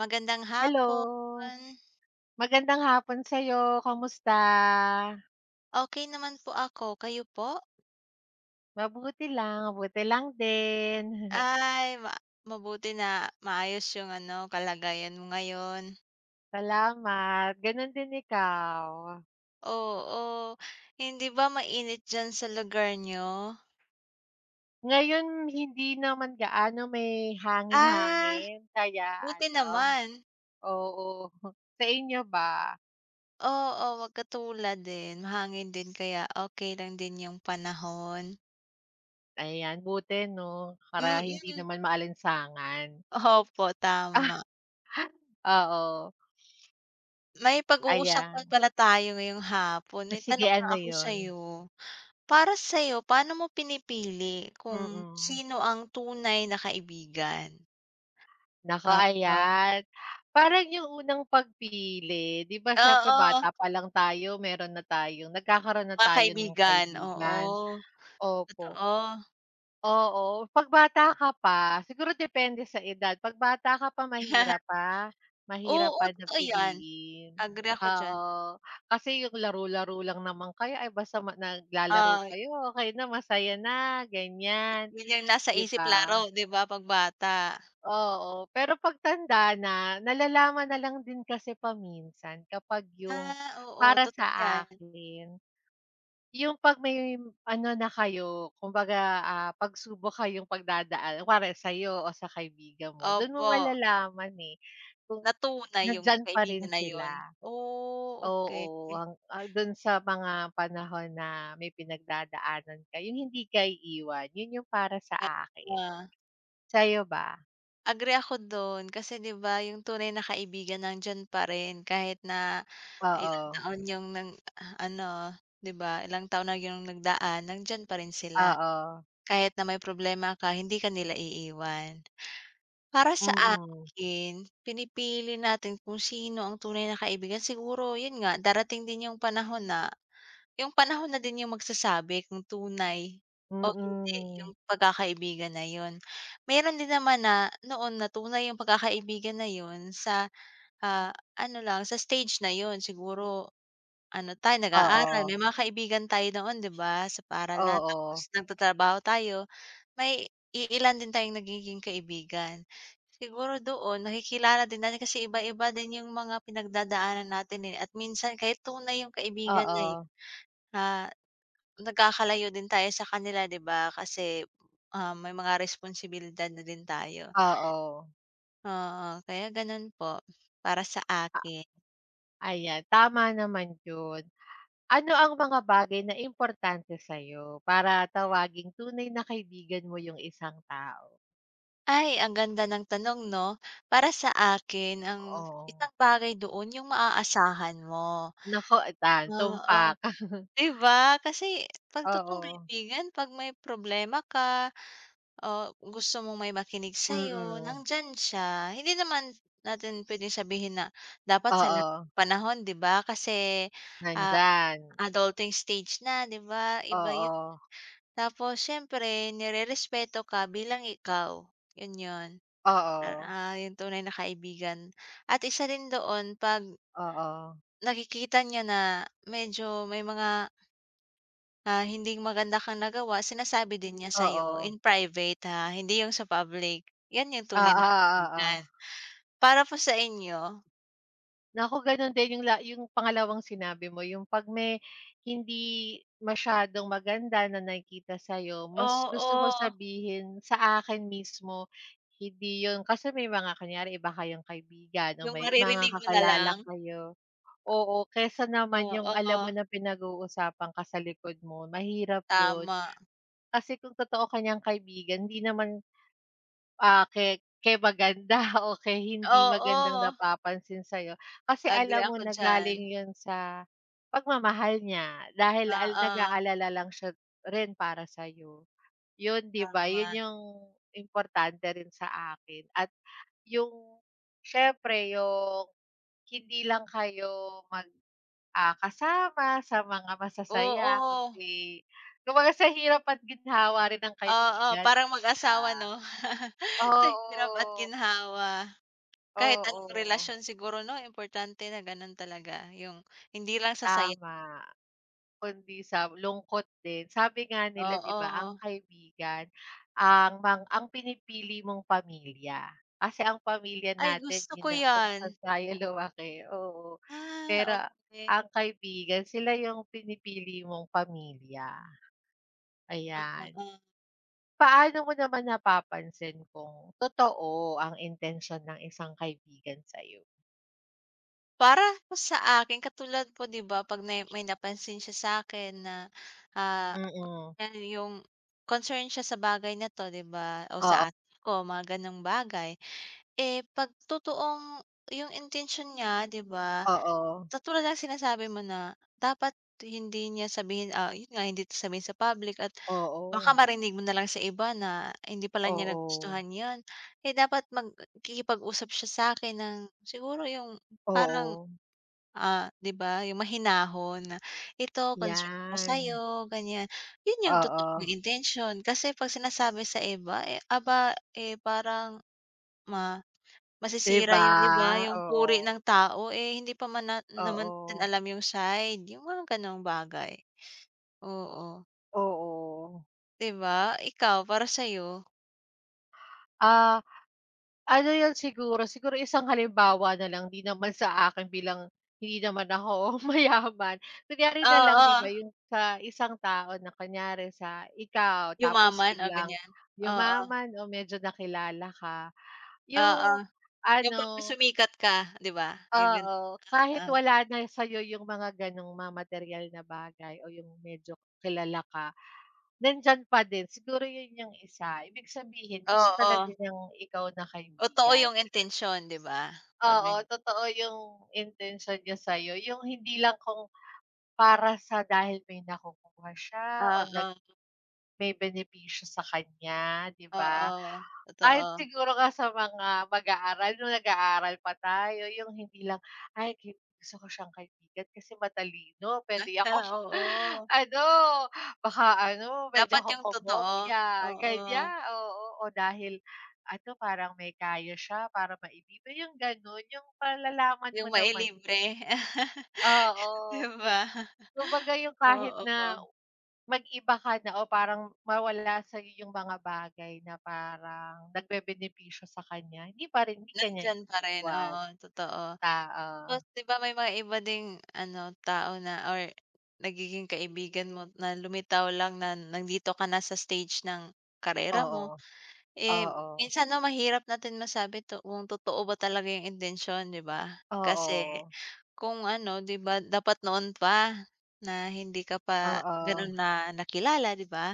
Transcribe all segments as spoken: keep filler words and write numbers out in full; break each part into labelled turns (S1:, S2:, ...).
S1: Magandang hapon.
S2: Hello, magandang hapon sa'yo, kamusta?
S1: Okay naman po ako, kayo po?
S2: Mabuti lang, mabuti lang din.
S1: Ay, ma Mabuti na maayos yung ano, kalagayan mo ngayon.
S2: Salamat, gano'n din ikaw?
S1: Oo, hindi ba mainit diyan sa lugar niyo?
S2: Ngayon hindi naman gaano, may
S1: Ah,
S2: hangin-hangin kaya
S1: buti
S2: ano,
S1: naman.
S2: oo. Sa inyo ba?
S1: Oo, wag katulad din, mahangin din kaya okay lang din yung panahon.
S2: Ayan, buti 'no, para hindi
S1: Mm,
S2: naman maalinsangan.
S1: opo tama.
S2: Ah, oo,
S1: May pag-uusapan
S2: ayan.
S1: pala tayo ngayong hapon, may
S2: Sige,
S1: tanong nga
S2: ano
S1: ako
S2: 'yun?
S1: sa'yo. Para sa'yo, paano mo pinipili kung
S2: Mm.
S1: sino ang tunay na kaibigan?
S2: Naku,
S1: Oo,
S2: ayan. Parang yung unang pagpili, 'di ba siyempre
S1: oo,
S2: bata pa lang tayo meron na tayong nagkakaroon na
S1: mga
S2: tayo ng
S1: kaibigan, oo,
S2: kaibigan. Opo,
S1: totoo.
S2: oo. 'Pag bata ka pa, siguro depende sa edad. 'Pag bata ka pa mahirap pa, mahirap
S1: Oo,
S2: pa na
S1: totoo 'yan,
S2: piliin.
S1: agree ako diyan.
S2: Oo, kasi yung laro-laro lang naman kayo ay basta ma naglalaro
S1: Oo,
S2: kayo okey na, masaya na, ganyan,
S1: yun yung nasa
S2: 'di
S1: isip
S2: ba?
S1: laro 'di ba 'pag bata.
S2: Oo, pero pagtanda na, nalalaman na lang din kasi paminsan kapag yung
S1: Ah, oo,
S2: para sa
S1: totoo 'yan.
S2: akin, yung 'pag may ano na kayo, kumbaga, ah, pagsubok kayong pagdadaan kunwari sa'yo o sa kaibigan mo, dun mo
S1: Opo,
S2: malalaman, eh, kung
S1: na tunay yung
S2: nandiyan pa rin
S1: kaibigan na yun.
S2: sila.
S1: Oh, okay.
S2: Oo, hang ah, dun sa mga panahon na may pinagdadaanan ka yung hindi ka iiwan, yun yung para sa
S1: Kaya
S2: akin. Sa'yo ba?
S1: agree ako dun kasi 'di ba yung tunay na kaibigan nandiyan pa rin kahit na ilang
S2: Oo,
S1: taon yung nang ano 'di ba ilang taon na yung nagdaan nandiyan pa rin sila.
S2: oo,
S1: Kahit na may problema ka hindi ka nila iiwan. Para sa
S2: mm.
S1: akin pinipili natin kung sino ang tunay na kaibigan siguro yun nga darating din yung panahon na yung panahon na din yung magsasabi kung tunay o hindi
S2: Mm.
S1: yung pagkakaibigan na yun. Meron din naman na noon na tunay yung pagkakaibigan na yun sa, ah, ano lang sa stage na yun siguro ano tayo
S2: Oo,
S1: nag-aaral, may mga kaibigan tayo noon 'di ba sa paaralan tapos
S2: oo,
S1: nagtatrabaho tayo, may iilan din tayong nagiging kaibigan. Siguro doon nakikilala din natin kasi iba-iba din yung mga pinagdadaanan natin, eh, at minsan kahit tunay yung kaibigan na yun,
S2: oo,
S1: ah, nagkakalayo din tayo sa kanila 'di ba kasi, ah, may mga responsibilidad na din tayo.
S2: oo.
S1: Oo, kaya gano'n po, para sa
S2: A
S1: akin.
S2: Ayan, tama naman yun. Ano ang mga bagay na importante sa'yo para tawaging tunay na kaibigan mo yung isang tao?
S1: Ay, ang ganda ng tanong 'no? Para sa akin ang
S2: Oo.
S1: isang bagay doon yung maaasahan mo.
S2: Naku, etan
S1: Oo,
S2: tumpak.
S1: 'di ba? Kasi 'pag totoong
S2: Oo,
S1: kaibigan 'pag may problema ka o gusto mong may makinig sa'yo,
S2: mm.
S1: nandiyan siya. Hindi naman natin puwedeng sabihin na dapat sa lahat
S2: Oo,
S1: ng panahon, 'di ba? Kasi, ah,
S2: nandyan.
S1: adulting stage na, 'di ba? Iba 'yun.
S2: Oo,
S1: Tapos siyempre nirerespeto ka bilang ikaw, 'yun 'yun.
S2: oo,
S1: Ah, ah, 'yung tunay na kaibigan. At isa rin doon 'pag
S2: oo, oo,
S1: nakikita niya na medyo may mga ah, hindi maganda kang nagawa sinasabi din niya sa'yo
S2: oo,
S1: in private ha, hindi yung sa public. 'Yan yung tunay na
S2: oo,
S1: kaibigan.
S2: oo.
S1: Para po sa inyo
S2: Naku, gano'n din yung la yung pangalawang sinabi mo, yung 'pag may hindi masyadong maganda na nakikita sa'yo, mas gusto ko
S1: oo,
S2: sabihin sa akin mismo, hindi yun kasi may mga kunyari iba kayong kaibigan o
S1: yung
S2: may mga
S1: maririnig mo na
S2: kakilala
S1: lang.
S2: kayo. Oo, kesa naman yung alam
S1: Oo,
S2: mo na pinag-uusapan ka sa likod mo, mahirap yun.
S1: tama.
S2: Kasi kung totoo ka niyang kaibigan, hindi naman. Ah, ke ke maganda o ke hindi magandang
S1: Oo,
S2: napapansin sa'yo. Kasi
S1: agree
S2: alam mo
S1: ako
S2: na
S1: diyan.
S2: galing 'yun sa pagmamahal niya dahil al
S1: Oo,
S2: nag-aalala lang siya rin para sa'yo. 'Yun 'di ba, 'yun
S1: tama.
S2: yung importante rin sa akin at yung siyempre yung hindi lang kayo mag, ah, kasama sa mga masasaya
S1: Oo,
S2: kundi kumbaga sa hirap at ginhawa rin ng
S1: oo,
S2: kaibigan,
S1: parang
S2: 'di
S1: mag-asawa
S2: ba?
S1: 'no? Sa hirap at
S2: Oo.
S1: ginhawa. Kahit anong
S2: Oo,
S1: relasyon siguro 'no, importante na gano'n talaga yung hindi lang sa saya
S2: tama. Kundi sa lungkot din. Sabi nga nila 'di ba ang
S1: oo.
S2: kaibigan ang mang ang pinipili mong pamilya. Kasi ang pamilya
S1: Ay
S2: natin
S1: gusto
S2: yun
S1: ko
S2: na kung
S1: 'yan.
S2: saan tayo lumaki, oo.
S1: Ah,
S2: Pero
S1: okey.
S2: ang kaibigan sila yung pinipili mong pamilya,
S1: Oo.
S2: ayan.
S1: Oo.
S2: Paano mo naman napapansin kung totoo ang intensyon ng isang kaibigan sa'yo?
S1: Para po sa akin katulad po 'di ba 'pag may may napansin siya sa'kin na, ah,
S2: Mm.
S1: yan yung concern siya sa bagay na 'to 'di ba o
S2: Oo,
S1: sa ate ko mga gano'ng bagay. Eh, 'pag totoong yung intensyon niya 'di ba,
S2: oo.
S1: sa tulad ng sinasabi mo na dapat hindi niya sabihin, ah, yun nga hindi sabihin sa public at baka
S2: Oo,
S1: marinig mo na lang sa iba na hindi pala niya
S2: oo.
S1: nagustuhan 'yan. Eh, dapat magkikipag-usap siya sa akin ng siguro yung parang,
S2: Oo.
S1: ah, 'di ba, yung mahinahon na, "Ito concern ko
S2: 'Yan.
S1: sa'yo," ganyan. Yun yung
S2: Oo,
S1: totoong intention. Kasi 'pag sinasabi sa iba, eh, aba, eh, parang ma
S2: 'di
S1: masisira
S2: ba?
S1: yun, 'di ba, yung puri
S2: Oo,
S1: ng tao. Eh, hindi pa man na naman natin
S2: oo,
S1: alam yung side, yung mga gano'ng bagay. Oo,
S2: oo.
S1: 'di ba? Ikaw, para sa'yo?
S2: Ah, ano 'yun siguro, siguro isang halimbawa na lang, 'di naman sa akin bilang hindi naman ako mayaman. Kunyari na lang 'di
S1: Oo.
S2: ba, yung sa isang tao na kunyari sa ikaw tapos
S1: Yumaman o
S2: biglang
S1: ganyan? Oo,
S2: yumaman o medyo nakilala ka,
S1: oo,
S2: yung
S1: yung pagka
S2: ano.
S1: sumikat ka, 'di ba? Yung gan
S2: Oo, kahit
S1: oo,
S2: wala na sa'yo yung mga gano'ng mga material na bagay o yung medyo kilala ka, nandiyan pa din. Siguro yun yung isa. Ibig sabihin gusto
S1: oo,
S2: talaga niyang ikaw na
S1: totoo
S2: kaibigan.
S1: yung intensyon, 'di ba? Pag gan
S2: Oo, totoo yung intensyon niya sa'yo, yung hindi lang kung para sa dahil may nakukuha siya o nag
S1: oo,
S2: may benepisyo sa kanya, 'di ba?
S1: oo,
S2: Kahit
S1: totoo.
S2: siguro nga sa mga mag-aaral nung nag-aaral pa tayo yung hindi lang, "Ay gi gusto ko siyang kaibigan kasi matalino puwede
S1: Basta
S2: akong
S1: oo,
S2: ano, baka ano pwede
S1: dapat
S2: akong
S1: yung totoo,
S2: kumopya."
S1: oo,
S2: Ganyan, oo, o dahil ano parang may kaya siya para maibigan, yung gano'n yung malalaman mo
S1: yung
S2: naman.
S1: mailibre,
S2: Oo.
S1: 'di ba?
S2: Kumbaga yung kahit
S1: Oo,
S2: na mag-iba ka na o parang mawala sa'yo yung mga bagay na parang nagbebenepisyo sa kanya, hindi pa rin hindi ka niya
S1: nandiyan pa rin,
S2: iiwan.
S1: oo, totoo.
S2: Oo,
S1: Tapos 'di ba may mga iba ding ano, tao na or nagiging kaibigan mo na lumitaw lang na nandito ka na sa stage ng karera
S2: oo,
S1: mo. Eh,
S2: oo,
S1: minsan 'no mahirap natin masabi to kung totoo ba talaga yung intensyon 'di ba? Kasi
S2: oo,
S1: kung ano 'di ba dapat noon pa na hindi ka pa
S2: oo,
S1: gano'n na nakilala 'di ba?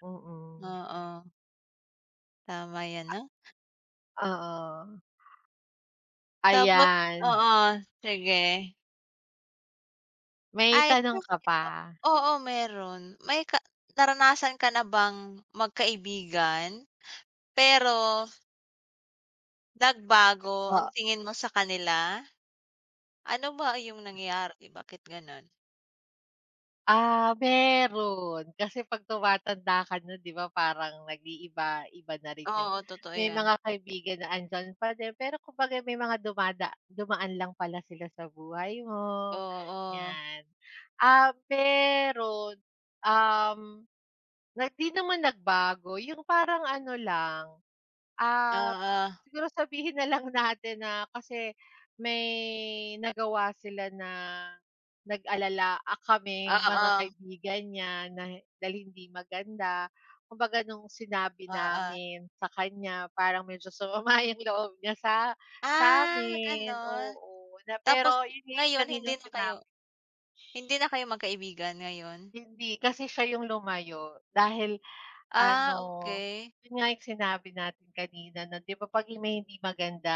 S2: mm,
S1: Oo, tama 'yan 'no.
S2: oo.
S1: Tapos
S2: Ayan,
S1: oo, sige.
S2: may
S1: Ay
S2: tanong ka
S1: kasi
S2: pa?
S1: o oo meron. May ka Naranasan ka na bang magkaibigan, pero nagbago ang
S2: Oo.
S1: tingin mo sa kanila? Ano ba yung nangyari, bakit gano'n?
S2: Ah, meron. Kasi 'pag tumatanda ka na, 'di ba, parang nag-iiba-iba na rin yung
S1: Oo, totoo
S2: may
S1: 'yan.
S2: mga kaibigan na andiyan pa din, pero kumbaga may mga dumada dumaan lang pala sila sa buhay mo,
S1: Oo,
S2: 'yan. Ah, pero, um, na 'di naman nagbago, yung parang ano lang. Ah,
S1: oo,
S2: siguro sabihin na lang natin na kasi may nagawa sila na nag-alala ah, kaming mga
S1: oo,
S2: kaibigan niya na dahil hindi maganda. Kumbaga nung sinabi
S1: oo.
S2: namin sa kanya parang medyo sumama yung loob niya sa sa
S1: Ah,
S2: sa'min,
S1: gano'n.
S2: oo. Na
S1: Tapos
S2: pero yun nga yung
S1: ngayon hindi
S2: kaninang
S1: na kayo
S2: sinabi,
S1: hindi na kayo magkaibigan ngayon?
S2: hindi kasi siya yung lumayo dahil
S1: Ah,
S2: ano,
S1: okey.
S2: yun nga yung sinabi natin kanina na 'di ba 'pag yung may hindi maganda,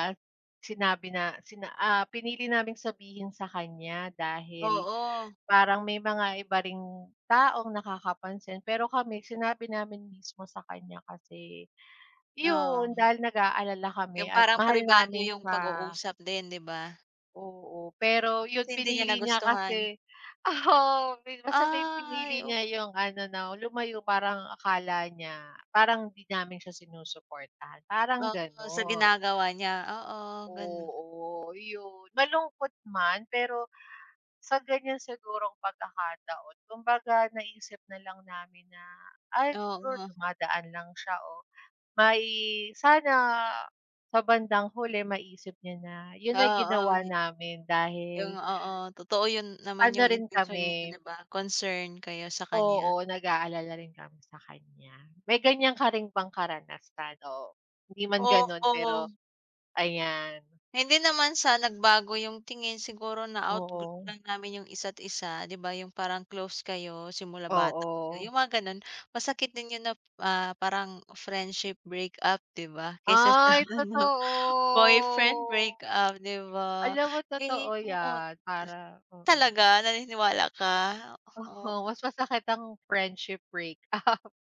S2: sinabi na sina ah, pinili naming sabihin sa kanya dahil
S1: Oo,
S2: parang may mga iba ring taong nakakapansin. Pero kami sinabi namin mismo sa kanya kasi yun,
S1: oo.
S2: dahil nag-aalala kami
S1: Yung
S2: at
S1: parang
S2: mahal
S1: pribado
S2: namin
S1: yung
S2: siya.
S1: pag-uusap din, 'di ba?
S2: Oo, pero
S1: Tapos
S2: yun
S1: hindi niya
S2: pinili niya
S1: nagustuhan.
S2: kasi, oo, may basta may pinili
S1: Ay, op
S2: niya yung ano na lumayo parang akala niya parang hindi namin siya sinusuportahan, parang
S1: Oo, sa
S2: gano'n.
S1: ginagawa niya, oo, gano'n.
S2: Oo, yun. Malungkot man pero sa ganyan sigurong pagkakataon kumbaga naisip na lang namin na, ay siguro
S1: Oo,
S2: dumadaan lang siya o may sana sa bandang huli maisip niya na yun ay
S1: oo,
S2: ginawa namin
S1: yung
S2: dahil
S1: oo, totoo yun naman
S2: ano
S1: yung
S2: rin
S1: intention
S2: kami,
S1: niya, 'di ba, concern kayo sa kanya.
S2: oo, nag-aalala rin kami sa kanya. May ganyan ka rin bang karanasan? Oo, hindi man gano'n
S1: Oo.
S2: pero ayan,
S1: Hindi naman sa nagbago yung tingin siguro na-outgrow
S2: oo,
S1: lang namin yung isa't isa, 'di ba, yung parang close kayo simula bata kayo,
S2: oo.
S1: yung mga gano'n. Masakit din yun na, ah, parang friendship breakup, 'di ba, kaysa sa
S2: Ay,
S1: ano, boyfriend
S2: totoo.
S1: breakup, 'di ba?
S2: Alam mo totoo
S1: Eh oo,
S2: 'yan para oo,
S1: talaga naniniwala ka? Oo.
S2: oo, mas masakit ang friendship break up.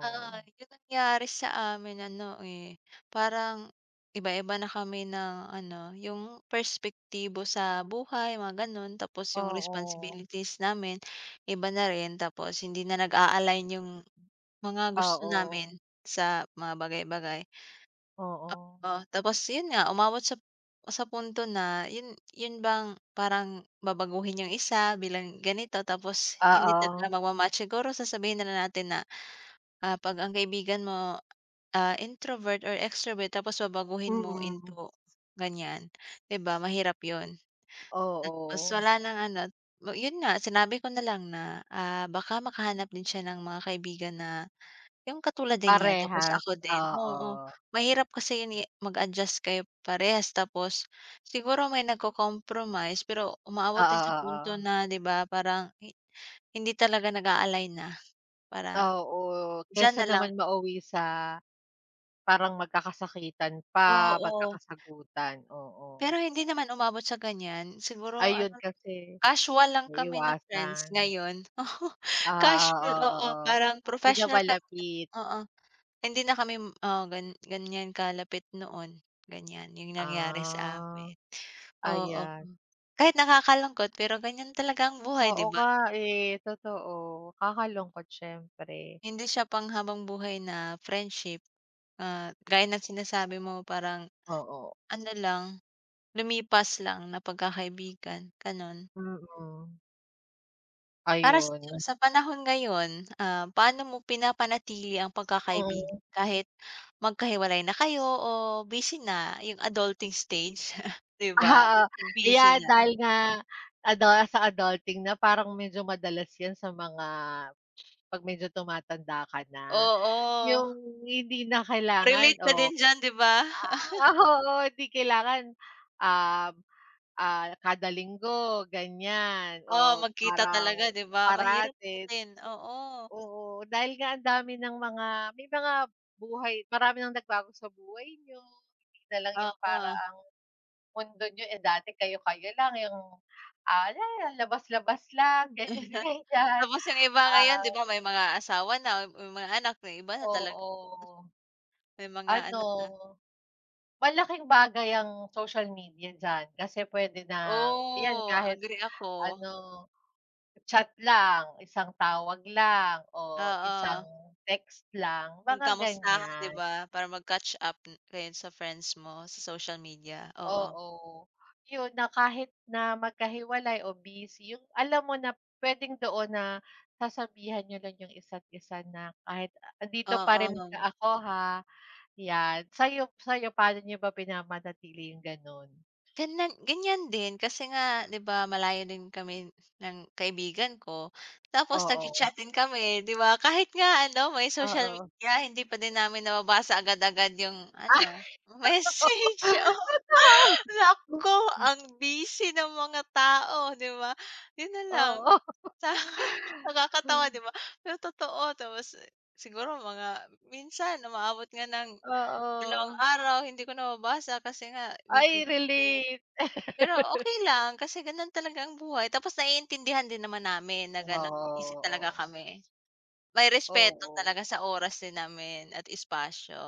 S1: Oo, yung nangyari sa amin ano, eh, parang iba-iba na kami ng ano, yung perspektibo sa buhay, mga gano'n. Tapos yung
S2: oo,
S1: responsibilities namin, iba na rin. Tapos hindi na nag-a-align yung mga gusto
S2: oo,
S1: namin sa mga bagay-bagay.
S2: oo,
S1: Oh, tapos yun nga, umabot sa sa punto na yun yun bang parang babaguhin yung isa bilang ganito tapos hindi talaga
S2: oo,
S1: magma-match. Siguro sasabihin na lang natin na, ah, 'pag ang kaibigan mo ah, introvert or extrovert tapos babaguhin mo
S2: mm,
S1: into ganyan, 'di ba mahirap 'yun. Tapos
S2: oo.
S1: wala nang ano, mo- yun nga sinabi ko na lang na, ah, baka makahanap din siya ng mga kaibigan na yung katulad din niya tapos
S2: Parehas,
S1: ako din,
S2: oo.
S1: oo. Mahirap kasi yun, eh, mag-adjust kayo parehas tapos siguro may nagko-compromise pero umaabot din sa
S2: Oo,
S1: punto
S2: oo.
S1: na 'di ba parang hi hindi talaga nag-a-align na, parang
S2: Oo, oo,
S1: diyan
S2: kaysa
S1: na lang
S2: naman mauwi sa parang magkakasakitan pa,
S1: oo.
S2: magkakasagutan, oo.
S1: Pero hindi naman umabot sa ganyan, siguro ano
S2: Ayun kasi
S1: casual lang kami na friends
S2: naiwasan.
S1: ngayon. Oo,
S2: Ah, oo,
S1: casual,
S2: oo,
S1: oo,
S2: oo.
S1: parang
S2: Hindi na
S1: professional kami
S2: malapit.
S1: oo, hindi na kami, oo, gan ganiyan kalapit noon, ganyan yung nangyari sa
S2: Ah,
S1: amin. Oo,
S2: ayan.
S1: kahit nakakalungkot pero ganyan talaga ang buhay
S2: Oo
S1: 'di ba?
S2: nga, eh, totoo. Kakalungkot siyempre,
S1: Hindi siya panghabang buhay na friendship, ah, gaya ng sinasabi mo parang
S2: oo.
S1: ano lang, lumipas lang na pagkakaibigan, gano'n.
S2: Mm,
S1: Para sa'yo,
S2: ayun.
S1: sa panahon ngayon, ah, paano mo pinapanatili ang pagkakaibigan
S2: Mm.
S1: kahit magkahiwalay na kayo o busy na, yung adulting stage, 'di ba?
S2: Oo,
S1: Busy
S2: yeah,
S1: na.
S2: dahil nga adol sa adulting na parang medyo madalas 'yan sa mga 'pag medyo tumatanda ka na,
S1: Oo,
S2: yung hindi na kailangan
S1: relate ka din
S2: o
S1: diyan, 'di ba?
S2: ah, oo, hindi kailangan, um, ah, kada linggo ganyan
S1: Oo,
S2: o
S1: magkita talaga,
S2: parang
S1: 'di ba? Mahirap na
S2: parate.
S1: din, oo.
S2: Oo, dahil nga ang dami ng mga may mga buhay marami ng nagbago sa buhay niyo, hindi na lang yung para
S1: Oo.
S2: ang mundo niyo, eh, dati kayo-kayo lang yung, ah, la labas-labas lang, ganyan-ganyan.
S1: Tapos yung iba ngayon,
S2: Ah,
S1: 'di ba, may mga asawa na, may mga anak na, iba na talaga
S2: oo.
S1: may mga
S2: Ano,
S1: anak na.
S2: malaking bagay ang social media diyan kasi puwede na 'yan
S1: Oo,
S2: kahit
S1: agree ako,
S2: ano, chat lang, isang tawag lang o
S1: oo.
S2: isang text lang,
S1: Yung
S2: mga
S1: kamustahan, 'di
S2: ganyan.
S1: ba? Para mag-catch up n- kayo sa friends mo sa social media, oo.
S2: Oo, yun na kahit na magkahiwalay o busy yung alam mo na puwedeng doon na sasabihan niyo lang yung isa't isa na kahit, "Ah, andito pa rin
S1: Oo,
S2: ka ako ha," yan. Sa'yo sa'yo paano niyo ba pinamanatili yung gano'n?
S1: ganyan ganyan din kasi nga 'di ba malayo din kami ng kaibigan ko, tapos
S2: Oo,
S1: nagcha-chat din kami 'di ba? Kahit nga ano may social
S2: oo.
S1: media hindi pa din namin nababasa agad-agad yung
S2: Ah,
S1: ano,
S2: oo,
S1: message, oo.
S2: totoo.
S1: Naku, ang busy ng mga tao 'di ba? Yun na lang.
S2: Oo.
S1: Ta nakakatawa 'di ba? Pero totoo tapos eh, siguro mga minsan umaabot nga ng
S2: Oo,
S1: dalawang araw hindi ko nababasa kasi nga
S2: ay
S1: busy-busy.
S2: relate.
S1: Pero okay lang kasi ganun talaga ang buhay tapos naiintindihan din naman namin na gano'n busy talaga
S2: Oo,
S1: kami. May
S2: oo,
S1: respeto
S2: oo,
S1: talaga sa oras din namin at espasyo.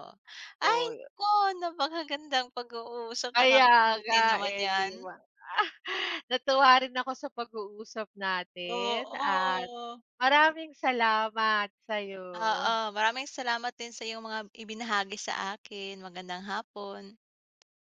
S1: Ay
S2: oy.
S1: naku, napakagandang pag-uusap,
S2: Kaya nga
S1: nakakabuti naman
S2: eh,
S1: 'yan.
S2: 'di ba? Natuwa rin ako sa pag-uusap natin at
S1: Oo.
S2: maraming salamat sa'yo.
S1: Oo, maraming salamat din sa iyong mga ibinahagi sa akin. Magandang hapon.